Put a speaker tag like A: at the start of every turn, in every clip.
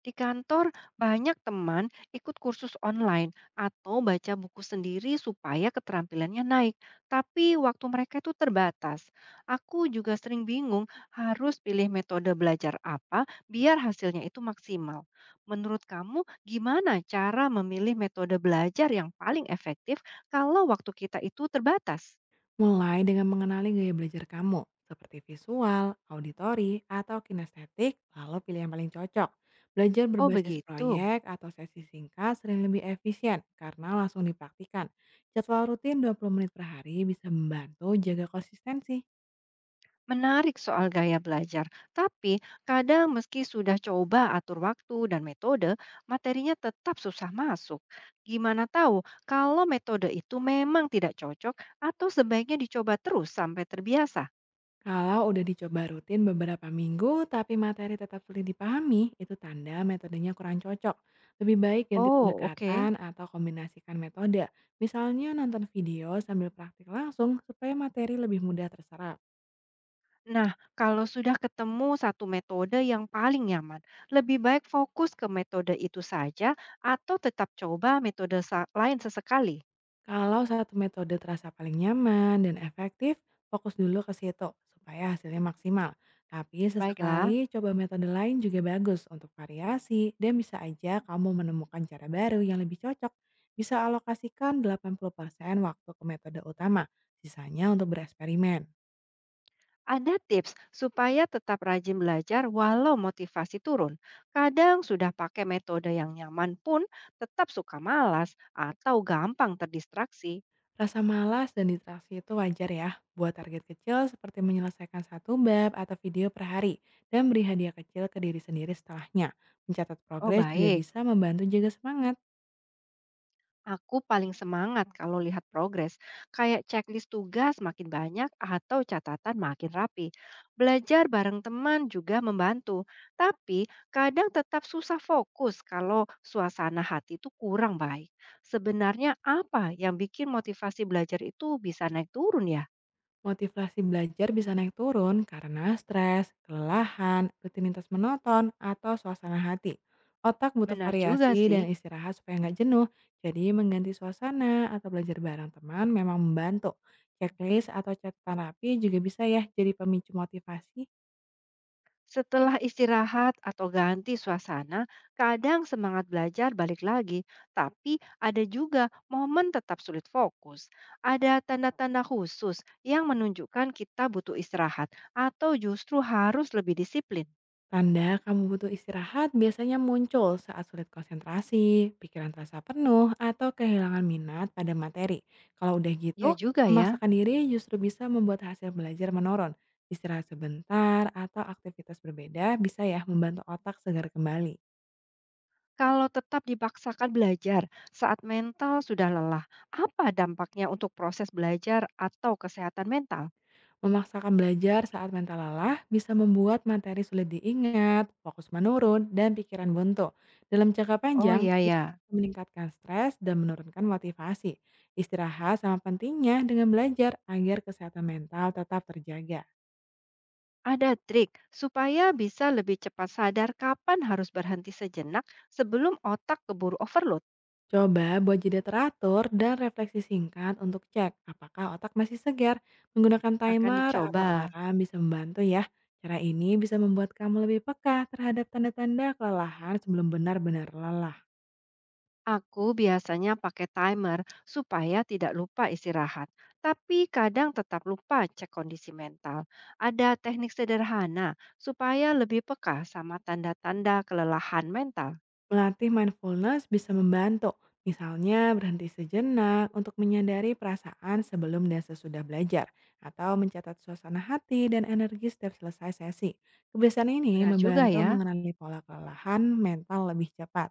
A: Di kantor, banyak teman ikut kursus online atau baca buku sendiri supaya keterampilannya naik, tapi waktu mereka itu terbatas. Aku juga sering bingung harus pilih metode belajar apa biar hasilnya itu maksimal. Menurut kamu, gimana cara memilih metode belajar yang paling efektif kalau waktu kita itu terbatas?
B: Mulai dengan mengenali gaya belajar kamu, seperti visual, auditori, atau kinestetik, lalu pilih yang paling cocok. Belajar
A: Oh,
B: berbasis
A: begitu.
B: proyek atau sesi singkat sering lebih efisien karena langsung dipraktikan. Jadwal rutin 20 menit per hari bisa membantu jaga konsistensi.
A: Menarik soal gaya belajar, tapi kadang meski sudah coba atur waktu dan metode, materinya tetap susah masuk. Gimana tahu kalau metode itu memang tidak cocok atau sebaiknya dicoba terus sampai terbiasa?
B: Kalau udah dicoba rutin beberapa minggu tapi materi tetap sulit dipahami, itu tanda metodenya kurang cocok. Lebih baik ganti
A: Oh,
B: pendekatan
A: oke.
B: atau kombinasikan metode. Misalnya nonton video sambil praktik langsung supaya materi lebih mudah terserap.
A: Nah, kalau sudah ketemu satu metode yang paling nyaman, lebih baik fokus ke metode itu saja atau tetap coba metode lain sesekali.
B: Kalau satu metode terasa paling nyaman dan efektif, fokus dulu ke situ supaya hasilnya maksimal. Tapi
A: Baiklah.
B: sesekali coba metode lain juga bagus untuk variasi dan bisa aja kamu menemukan cara baru yang lebih cocok. Bisa alokasikan 80% waktu ke metode utama, sisanya untuk bereksperimen.
A: Ada tips supaya tetap rajin belajar walau motivasi turun. Kadang sudah pakai metode yang nyaman pun tetap suka malas atau gampang terdistraksi.
B: Rasa malas dan distraksi itu wajar ya. Buat target kecil seperti menyelesaikan satu bab atau video per hari dan beri hadiah kecil ke diri sendiri setelahnya. Mencatat
A: Oh
B: progres juga
A: baik,
B: bisa membantu jaga semangat.
A: aku paling semangat kalau lihat progres, kayak checklist tugas makin banyak atau catatan makin rapi. Belajar bareng teman juga membantu, tapi kadang tetap susah fokus kalau suasana hati itu kurang baik. Sebenarnya apa yang bikin motivasi belajar itu bisa naik turun ya?
B: Motivasi belajar bisa naik turun karena stres, kelelahan, rutinitas monoton, atau suasana hati. Otak butuh
A: Benar juga
B: variasi
A: sih.
B: dan istirahat supaya nggak jenuh, jadi mengganti suasana atau belajar bareng teman memang membantu. Checklist atau catatan rapi juga bisa ya jadi pemicu motivasi.
A: Setelah istirahat atau ganti suasana, kadang semangat belajar balik lagi, tapi ada juga momen tetap sulit fokus. Ada tanda-tanda khusus yang menunjukkan kita butuh istirahat atau justru harus lebih disiplin.
B: Tanda kamu butuh istirahat biasanya muncul saat sulit konsentrasi, pikiran terasa penuh, atau kehilangan minat pada materi. Kalau udah
A: Ya
B: gitu,
A: juga ya,
B: memaksakan diri justru bisa membuat hasil belajar menurun. Istirahat sebentar atau aktivitas berbeda bisa ya membantu otak segar kembali.
A: kalau tetap dipaksakan belajar saat mental sudah lelah, apa dampaknya untuk proses belajar atau kesehatan mental?
B: Memaksakan belajar saat mental lelah bisa membuat materi sulit diingat, fokus menurun, dan pikiran buntu. Dalam jangka
A: Oh
B: panjang,
A: iya
B: ini
A: ya,
B: bisa meningkatkan stres dan menurunkan motivasi. Istirahat sama pentingnya dengan belajar agar kesehatan mental tetap terjaga.
A: ada trik supaya bisa lebih cepat sadar kapan harus berhenti sejenak sebelum otak keburu overload.
B: Coba buat jeda teratur dan refleksi singkat untuk cek apakah otak masih segar. Menggunakan
A: Akan
B: timer atau
A: dicoba.
B: alarm bisa membantu ya. Cara ini bisa membuat kamu lebih peka terhadap tanda-tanda kelelahan sebelum benar-benar lelah.
A: Aku biasanya pakai timer supaya tidak lupa istirahat, tapi kadang tetap lupa cek kondisi mental. Ada teknik sederhana supaya lebih peka sama tanda-tanda kelelahan mental.
B: Melatih mindfulness bisa membantu, misalnya berhenti sejenak untuk menyadari perasaan sebelum dan sesudah belajar, atau mencatat suasana hati dan energi setiap selesai sesi. Kebiasaan ini
A: Benar juga
B: membantu
A: ya.
B: mengenali pola kelelahan mental lebih cepat.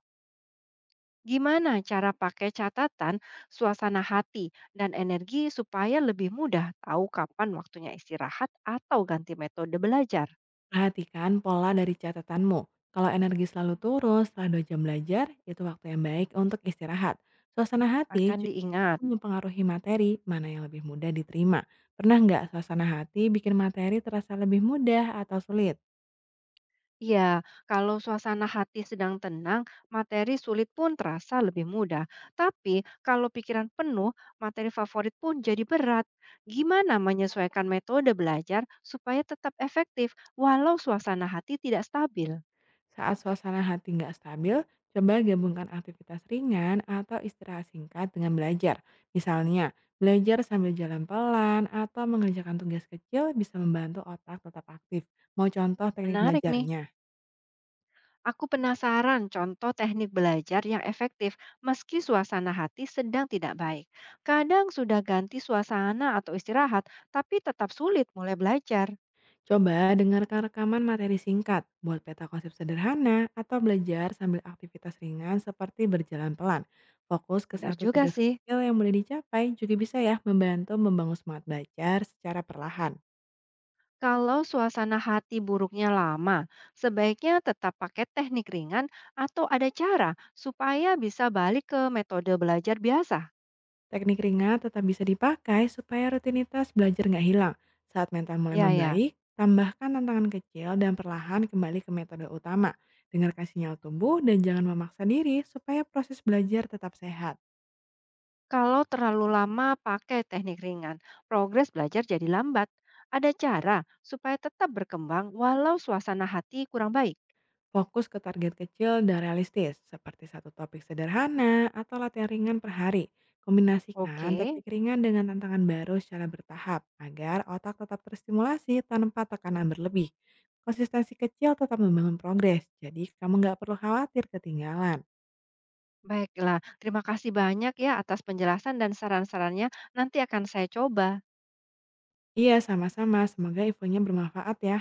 A: Gimana cara pakai catatan, suasana hati, dan energi supaya lebih mudah tahu kapan waktunya istirahat atau ganti metode belajar?
B: Perhatikan pola dari catatanmu. Kalau energi selalu turun setelah 2 jam belajar, itu waktu yang baik untuk istirahat. Suasana hati
A: Akan
B: juga
A: diingat.
B: mempengaruhi materi, mana yang lebih mudah diterima. Pernah nggak suasana hati bikin materi terasa lebih mudah atau sulit?
A: Ya, kalau suasana hati sedang tenang, materi sulit pun terasa lebih mudah. Tapi kalau pikiran penuh, materi favorit pun jadi berat. Gimana menyesuaikan metode belajar supaya tetap efektif walau suasana hati tidak stabil?
B: Saat suasana hati nggak stabil, coba gabungkan aktivitas ringan atau istirahat singkat dengan belajar. Misalnya, belajar sambil jalan pelan atau mengerjakan tugas kecil bisa membantu otak tetap aktif. Mau contoh teknik
A: Menarik nih.
B: belajarnya?
A: Aku penasaran contoh teknik belajar yang efektif meski suasana hati sedang tidak baik. Kadang sudah ganti suasana atau istirahat, tapi tetap sulit mulai belajar.
B: Coba dengarkan rekaman materi singkat, buat peta konsep sederhana, atau belajar sambil aktivitas ringan seperti berjalan pelan. Fokus ke
A: Benar
B: satu
A: juga
B: tugas
A: sih.
B: kecil yang mudah dicapai juga bisa ya membantu membangun semangat belajar secara perlahan.
A: Kalau suasana hati buruknya lama, sebaiknya tetap pakai teknik ringan atau ada cara supaya bisa balik ke metode belajar biasa.
B: Teknik ringan tetap bisa dipakai supaya rutinitas belajar nggak hilang. Saat mental mulai
A: Ya, ya.
B: membaik, tambahkan tantangan kecil dan perlahan kembali ke metode utama. Dengarkan sinyal tubuh dan jangan memaksa diri supaya proses belajar tetap sehat.
A: Kalau terlalu lama pakai teknik ringan, progres belajar jadi lambat. Ada cara supaya tetap berkembang walau suasana hati kurang baik.
B: Fokus ke target kecil dan realistis, seperti satu topik sederhana atau latihan ringan per hari. Kombinasikan
A: Oke,
B: teknik ringan dengan tantangan baru secara bertahap, agar otak tetap terstimulasi tanpa tekanan berlebih. Konsistensi kecil tetap membangun progres, jadi kamu nggak perlu khawatir ketinggalan.
A: baiklah. Terima kasih banyak ya atas penjelasan dan saran-sarannya. Nanti akan saya coba.
B: Iya, sama-sama. Semoga infonya bermanfaat ya.